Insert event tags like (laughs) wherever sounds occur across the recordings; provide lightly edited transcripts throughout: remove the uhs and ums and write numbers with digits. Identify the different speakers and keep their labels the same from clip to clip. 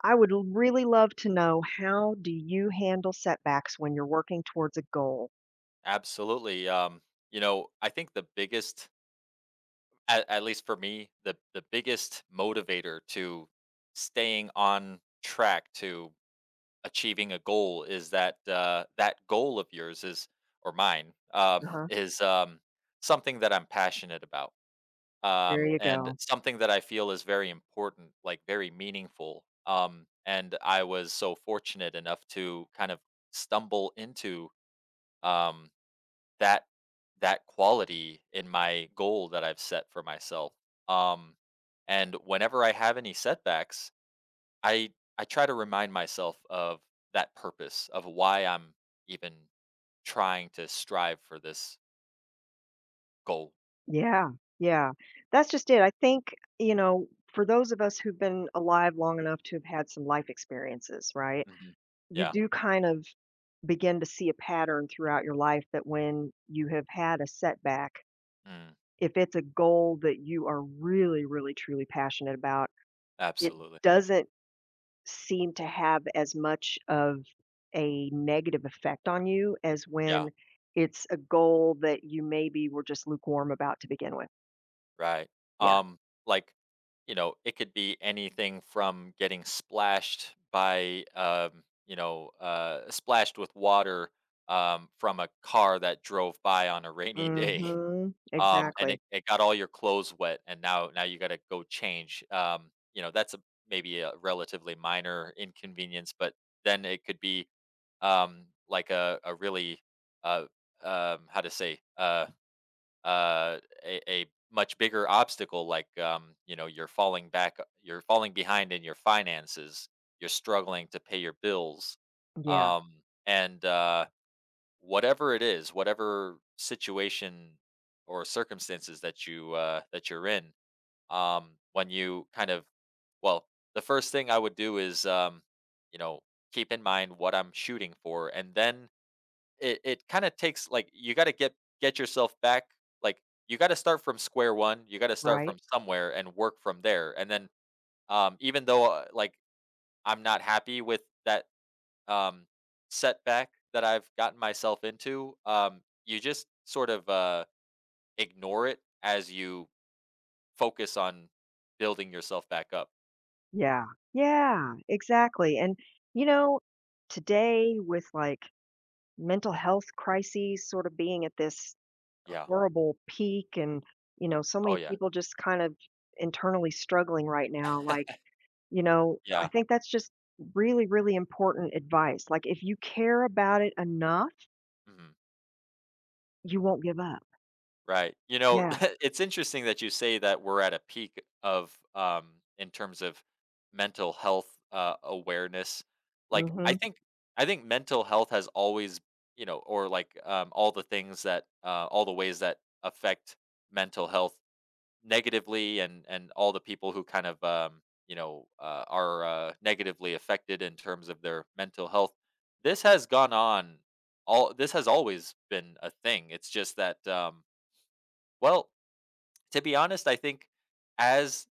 Speaker 1: I would really love to know, how do you handle setbacks when you're working towards a goal?
Speaker 2: Absolutely. I think the biggest, at least for me, the biggest motivator to staying on track to achieving a goal is that that goal of yours is or mine
Speaker 1: Uh-huh.
Speaker 2: is something that I'm passionate about,
Speaker 1: There you
Speaker 2: and
Speaker 1: go.
Speaker 2: something that I feel is very important, like very meaningful. And I was so fortunate enough to kind of stumble into. Um, that that quality in my goal that I've set for myself. Um, and whenever I have any setbacks, I I try to remind myself of that purpose of why I'm even trying to strive for this goal.
Speaker 1: Yeah. Yeah, that's just it. I think, you know, for those of us who've been alive long enough to have had some life experiences, right?
Speaker 2: hmm
Speaker 1: You
Speaker 2: Yeah,
Speaker 1: do kind of begin to see a pattern throughout your life that when you have had a setback,
Speaker 2: mm,
Speaker 1: if it's a goal that you are really, really, truly passionate about, it
Speaker 2: absolutely.
Speaker 1: doesn't seem to have as much of a negative effect on you as
Speaker 2: Yeah.
Speaker 1: when it's a goal that you maybe were just lukewarm about to begin with.
Speaker 2: Right.
Speaker 1: Yeah.
Speaker 2: Um, like, it could be anything from getting splashed by, splashed with water from a car that drove by on a rainy day,
Speaker 1: Mhm.
Speaker 2: (laughs) and
Speaker 1: Exactly.
Speaker 2: it got all your clothes wet, and now you got to go change. That's a maybe a relatively minor inconvenience, but then it could be like a really uh, how to say uh, a much bigger obstacle like you're falling back, you're falling behind in your finances, you're struggling to pay your bills,
Speaker 1: Yeah.
Speaker 2: and whatever it is, whatever situation or circumstances that you that you're in. When you kind of well, the first thing I would do is, you know keep in mind what I'm shooting for, and then it kinda takes like, you gotta get yourself back, like, you gotta start from square one, you gotta start
Speaker 1: Right?
Speaker 2: from somewhere and work from there, and then, even though, like, I'm not happy with that, um, setback that I've gotten myself into, you just sort of, ignore it as you focus on building yourself back up.
Speaker 1: Yeah. Yeah, exactly. And, you know, today with like mental health crises sort of being at this
Speaker 2: Yeah.
Speaker 1: horrible peak and, you know, so
Speaker 2: Oh,
Speaker 1: many
Speaker 2: yeah.
Speaker 1: people just kind of internally struggling right now, like, you know, I
Speaker 2: Yeah.
Speaker 1: think that's just really, really important advice. Like, if you care about it enough,
Speaker 2: Mhm.
Speaker 1: you won't give up.
Speaker 2: Right. You know,
Speaker 1: Yeah.
Speaker 2: (laughs) it's interesting that you say that we're at a peak of, in terms of mental health awareness. Like,
Speaker 1: Mhm.
Speaker 2: I think mental health has always, you know, or like all the things that, all the ways that affect mental health negatively, and all the people who kind of, are negatively affected in terms of their mental health. This has gone on. All this has always been a thing. It's just that, well, to be honest, I think as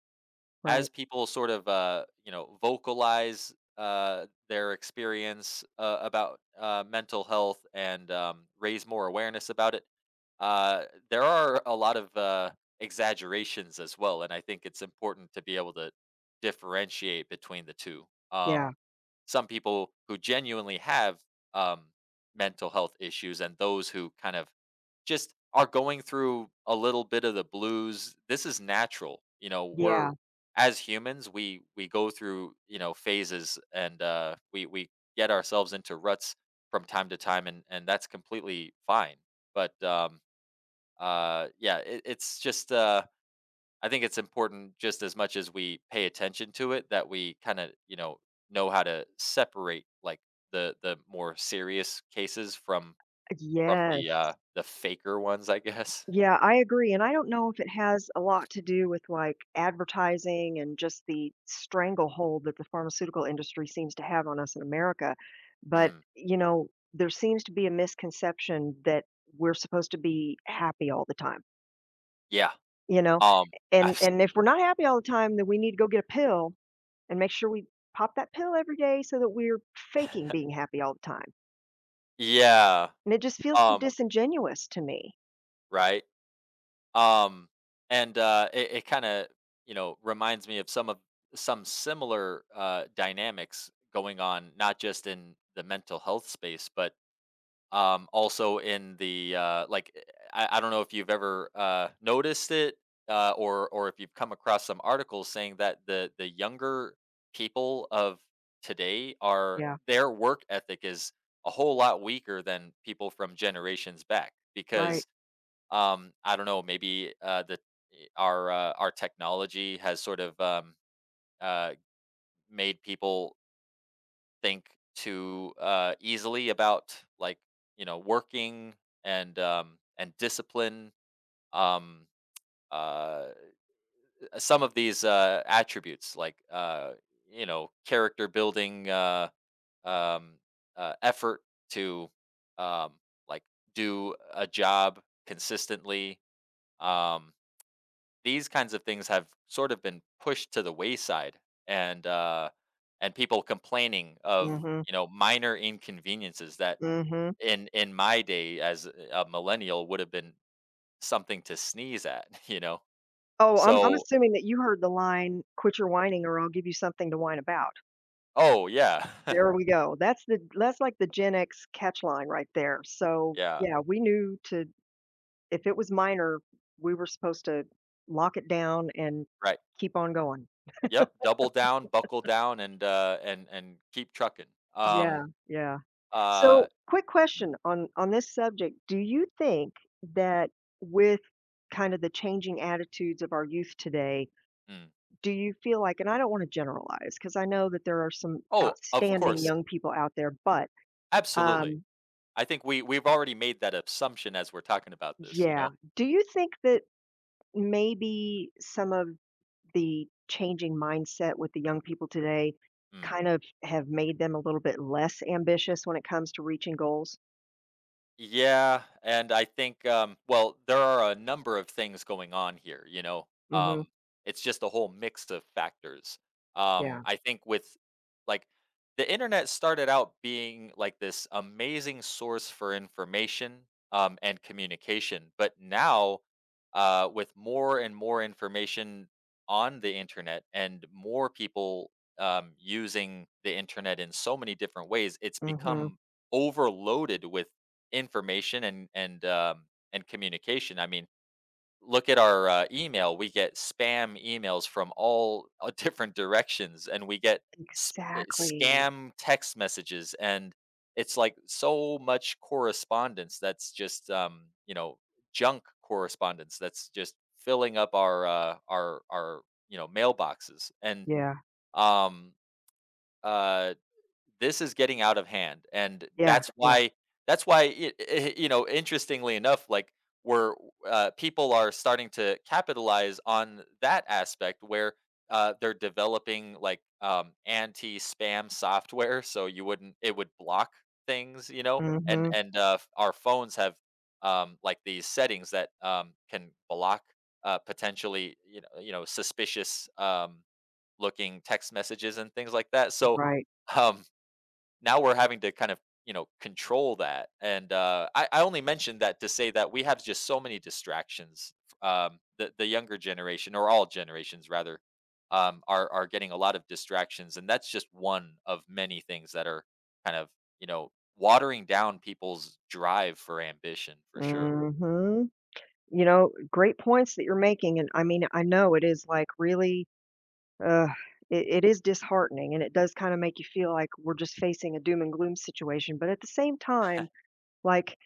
Speaker 2: as
Speaker 1: Right.
Speaker 2: people sort of vocalize their experience about mental health and raise more awareness about it, uh, there are a lot of exaggerations as well, and I think it's important to be able to differentiate between the two. Um,
Speaker 1: Yeah.
Speaker 2: some people who genuinely have um, mental health issues and those who kind of just are going through a little bit of the blues. This is natural, you know,
Speaker 1: Yeah.
Speaker 2: we're as humans, we go through, you know, phases, and we get ourselves into ruts from time to time, and that's completely fine. But yeah, it, it's just, I think it's important just as much as we pay attention to it that we kind of, you know how to separate like the more serious cases from
Speaker 1: Yes.
Speaker 2: the faker ones, I guess.
Speaker 1: Yeah, I agree, and I don't know if it has a lot to do with, like, advertising and just the stranglehold that the pharmaceutical industry seems to have on us in America, but,
Speaker 2: mm,
Speaker 1: you know, there seems to be a misconception that we're supposed to be happy all the time.
Speaker 2: yeah.
Speaker 1: You know?
Speaker 2: um
Speaker 1: And if
Speaker 2: Absolutely.
Speaker 1: we're not happy all the time, then we need to go get a pill and make sure we pop that pill every day so that we're faking being happy all the time.
Speaker 2: Yeah.
Speaker 1: And it just feels so
Speaker 2: um
Speaker 1: disingenuous to me.
Speaker 2: right. um and It it kind of, you know, reminds me of some similar dynamics going on not just in the mental health space but also in the I don't know if you've ever noticed it or if you've come across some articles saying that the younger people of today are
Speaker 1: Yeah,
Speaker 2: their work ethic is a whole lot weaker than people from generations back
Speaker 1: right.
Speaker 2: because, I don't know, maybe the our technology has sort of uh, made people think too easily about like, you know, working and, and discipline. Um, uh, some of these attributes, like, character building, um, effort to um, like do a job consistently. Um, these kinds of things have sort of been pushed to the wayside, and uh and people complaining of,
Speaker 1: Mhm,
Speaker 2: you know, minor inconveniences that
Speaker 1: mhm.
Speaker 2: in my day as a millennial would have been something to sneeze at, (laughs) you know.
Speaker 1: Oh, I'm
Speaker 2: So,
Speaker 1: assuming that you heard the line, "Quit your whining or I'll give you something to whine about."
Speaker 2: oh yeah. (laughs)
Speaker 1: There we go. That's like the Gen X catch line right there. So,
Speaker 2: Yeah.
Speaker 1: yeah, we knew to, if it was minor, we were supposed to lock it down and
Speaker 2: Right.
Speaker 1: keep on going.
Speaker 2: Yep, double down, buckle down, and keep trucking. um
Speaker 1: Yeah, yeah.
Speaker 2: uh
Speaker 1: So, quick
Speaker 2: mhm,
Speaker 1: question on this subject. Do you think that with kind of the changing attitudes of our youth today,
Speaker 2: mm.
Speaker 1: do you feel like, and I don't want to generalize because I know that there are some
Speaker 2: Oh, of
Speaker 1: outstanding
Speaker 2: course,
Speaker 1: young people out there, but
Speaker 2: absolutely.
Speaker 1: um
Speaker 2: I think we we've already made that assumption as we're talking about this, you
Speaker 1: yeah,
Speaker 2: know.
Speaker 1: do you think that maybe some of the changing mindset with the young people today
Speaker 2: Mm.
Speaker 1: kind of have made them a little bit less ambitious when it comes to reaching goals?
Speaker 2: Yeah, and I think, there are a number of things going on here, you know.
Speaker 1: Mhm.
Speaker 2: Um, it's just a whole mix of factors.
Speaker 1: Yeah.
Speaker 2: I think with like the internet started out being like this amazing source for information and communication, but now, with more and more information on the internet and more people using the internet in so many different ways, it's
Speaker 1: Mhm.
Speaker 2: become overloaded with information and and communication. I mean, look at our email. We get spam emails from all, (laughs) different directions, and we get
Speaker 1: Exactly.
Speaker 2: scam text messages, and it's like so much correspondence that's just, junk correspondence that's just filling up our, our you know, mailboxes, and
Speaker 1: Yeah,
Speaker 2: um uh this is getting out of hand, and
Speaker 1: yeah,
Speaker 2: that's
Speaker 1: yeah.
Speaker 2: why, you know, interestingly enough, like we're people are starting to capitalize on that aspect where, they're developing like, anti-spam software, so you wouldn't it would block things, you know, and
Speaker 1: Mhm,
Speaker 2: our phones have, like these settings that can block, potentially, you know, suspicious looking text messages and things like that. So,
Speaker 1: right.
Speaker 2: um now we're having to kind of, you know, control that, and I only mentioned that to say that we have just so many distractions. The the younger generation, or all generations rather, are getting a lot of distractions, and that's just one of many things that are kind of, you know, watering down people's drive for ambition for sure.
Speaker 1: Mhm. You know, great points that you're making, and I mean, I know it is, like, really, uh, it is disheartening, and it does kinda make you feel like we're just facing a doom and gloom situation, but at the same time, like,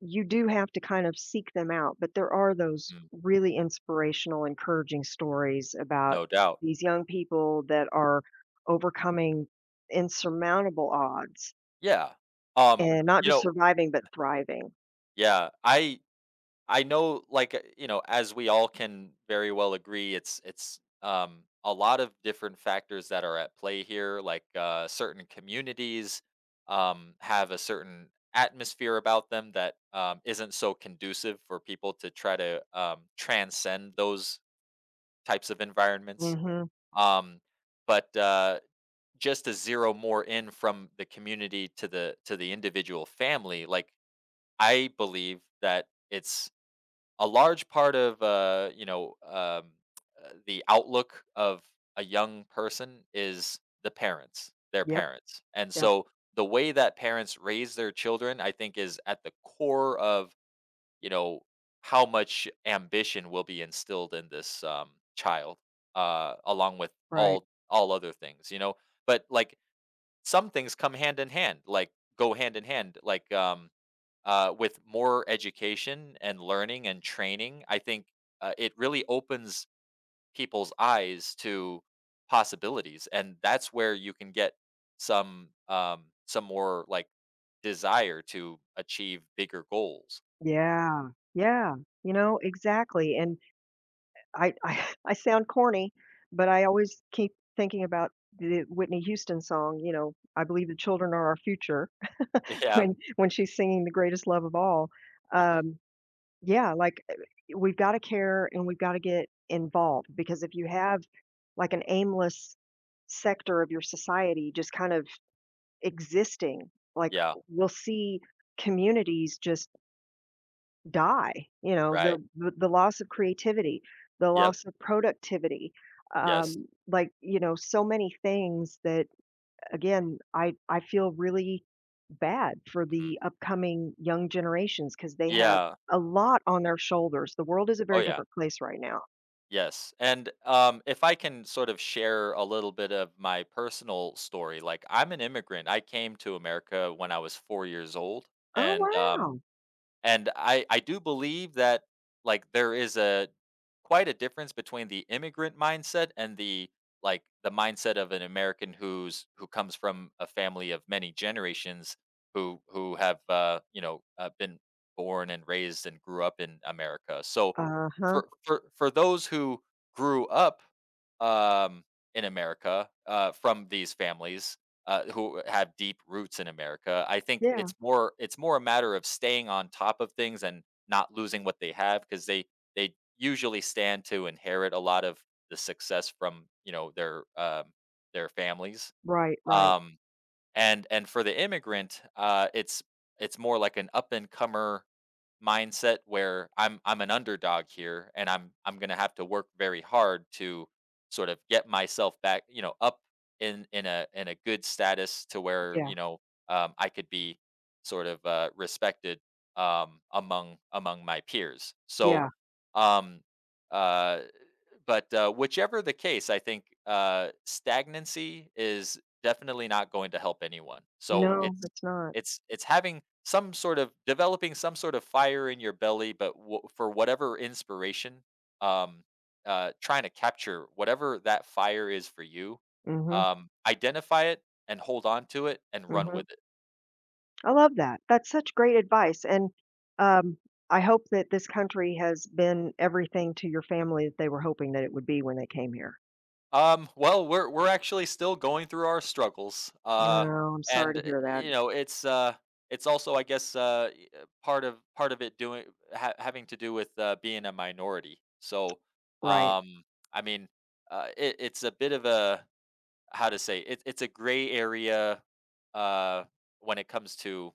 Speaker 1: you do have to kind of seek them out, but there are those
Speaker 2: Mm,
Speaker 1: really inspirational, encouraging stories about
Speaker 2: no doubt.
Speaker 1: these young people that are overcoming insurmountable odds
Speaker 2: Yeah. um
Speaker 1: and not
Speaker 2: you
Speaker 1: just
Speaker 2: know
Speaker 1: surviving, but thriving.
Speaker 2: yeah, I know, like, as we all can very well agree, it's a lot of different factors that are at play here. Like, certain communities have a certain atmosphere about them that isn't so conducive for people to try to transcend those types of environments.
Speaker 1: Mhm.
Speaker 2: Um, but just to zero more in from the community to the individual family, like I believe that it's a large part of, the outlook of a young person is their
Speaker 1: Yep,
Speaker 2: parents, and
Speaker 1: yep,
Speaker 2: so the way that parents raise their children, I think, is at the core of, you know, how much ambition will be instilled in this, child, along with
Speaker 1: right.
Speaker 2: all other things, you know. But like, some things come hand in hand, like go hand in hand, like, with more education and learning and training, I think it really opens people's eyes to possibilities, and that's where you can get some, some more like desire to achieve bigger goals.
Speaker 1: Yeah, yeah, you know, exactly, and I (laughs) I sound corny, but I always keep thinking about the Whitney Houston song, you know, "I Believe the Children Are Our Future,"
Speaker 2: (laughs)
Speaker 1: (laughs)
Speaker 2: Yeah.
Speaker 1: when she's singing "The Greatest Love of All."
Speaker 2: hmm
Speaker 1: Um, yeah, like, we've gotta care and we've gotta get involved because if you have, like, an aimless sector of your society just kind of existing, like,
Speaker 2: Yeah.
Speaker 1: we'll see communities just die, you know,
Speaker 2: Right.
Speaker 1: the loss of creativity, the
Speaker 2: Yep.
Speaker 1: loss of productivity,
Speaker 2: Yes.
Speaker 1: like, you know, so many things that, again, I feel really bad for
Speaker 2: hmm
Speaker 1: the upcoming young generations because they have
Speaker 2: Yeah.
Speaker 1: a lot on their shoulders. The world is a
Speaker 2: Oh
Speaker 1: very
Speaker 2: yeah.
Speaker 1: different place right now.
Speaker 2: Yes. And if I can sort of share a little bit of my personal story, like I'm an immigrant. I came to America when I was 4 years old.
Speaker 1: Oh,
Speaker 2: And
Speaker 1: wow.
Speaker 2: I do believe that, like, there is a quite a difference between the immigrant mindset and the, like, the mindset of an American who comes from a family of many generations who have, been born and raised and grew up in America. So,
Speaker 1: Uh-huh.
Speaker 2: for those who grew up, um, in America, from these families, who have deep roots in America. I think
Speaker 1: Yeah.
Speaker 2: it's more, it's more a matter of staying on top of things and not losing what they have because they usually stand to inherit a lot of the success from, you know, their, their families.
Speaker 1: Right, right.
Speaker 2: Um, and and for the immigrant, it's more like an up and comer mindset where I'm an underdog here, and I'm going to have to work very hard to sort of get myself back, you know, up in in a good status to where,
Speaker 1: Yeah,
Speaker 2: you know, I could be sort of respected among my peers. So
Speaker 1: yeah.
Speaker 2: um uh but whichever the case, I think stagnancy is definitely not going to help anyone. So
Speaker 1: No,
Speaker 2: it's
Speaker 1: it's not.
Speaker 2: it's having some sort of, developing some sort of fire in your belly, but for whatever inspiration, um, trying to capture whatever that fire is for you,
Speaker 1: Mhm,
Speaker 2: identify it and hold on to it and run
Speaker 1: mhm.
Speaker 2: with it.
Speaker 1: I love that. That's such great advice, and, um, I hope that this country has been everything to your family that they were hoping that it would be when they came here.
Speaker 2: We're actually still going through our struggles.
Speaker 1: Oh, I'm sorry
Speaker 2: And
Speaker 1: to hear that.
Speaker 2: you know, it's, it's also, I guess, part of it doing, having to do with, being a minority. So,
Speaker 1: Right.
Speaker 2: um, I mean, it, it's a bit of a, how to say, it, it's a gray area, uh, when it comes to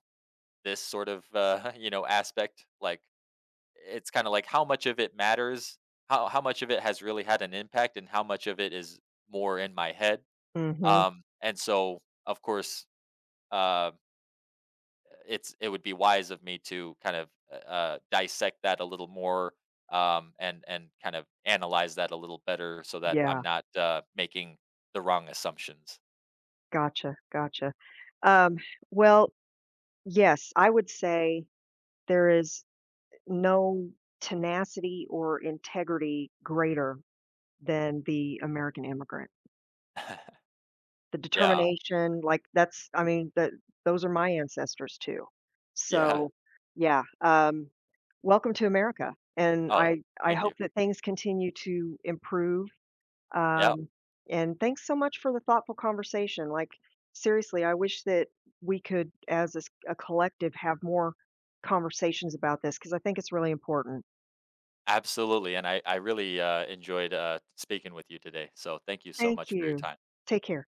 Speaker 2: this sort of, (laughs) you know, aspect. Like, it's kinda like how much of it matters, how much of it has really had an impact, and how much of it is more in my head.
Speaker 1: Mhm.
Speaker 2: Um, and so, of course, uh, it's it would be wise of me to kind of, dissect that a little more, and kind of analyze that a little better so that I'm
Speaker 1: Yeah.
Speaker 2: not, making the wrong assumptions.
Speaker 1: Gotcha, gotcha. Um, well, yes, I would say there is no tenacity or integrity greater than the American immigrant.
Speaker 2: (laughs)
Speaker 1: The
Speaker 2: Yeah,
Speaker 1: determination, like, that's, I mean, that, those are my ancestors too.
Speaker 2: yeah.
Speaker 1: So, yeah, welcome to America, and
Speaker 2: Oh,
Speaker 1: I
Speaker 2: thank
Speaker 1: hope
Speaker 2: you.
Speaker 1: that things continue to improve,
Speaker 2: Yeah.
Speaker 1: um, and thanks so much for the thoughtful conversation, like, seriously, I wish that we could, as a s a collective, have more conversations about this because I think it's really important.
Speaker 2: Absolutely, and I really, enjoyed, speaking with you today, so thank you so
Speaker 1: Thank
Speaker 2: much for your
Speaker 1: you.
Speaker 2: time.
Speaker 1: Take care.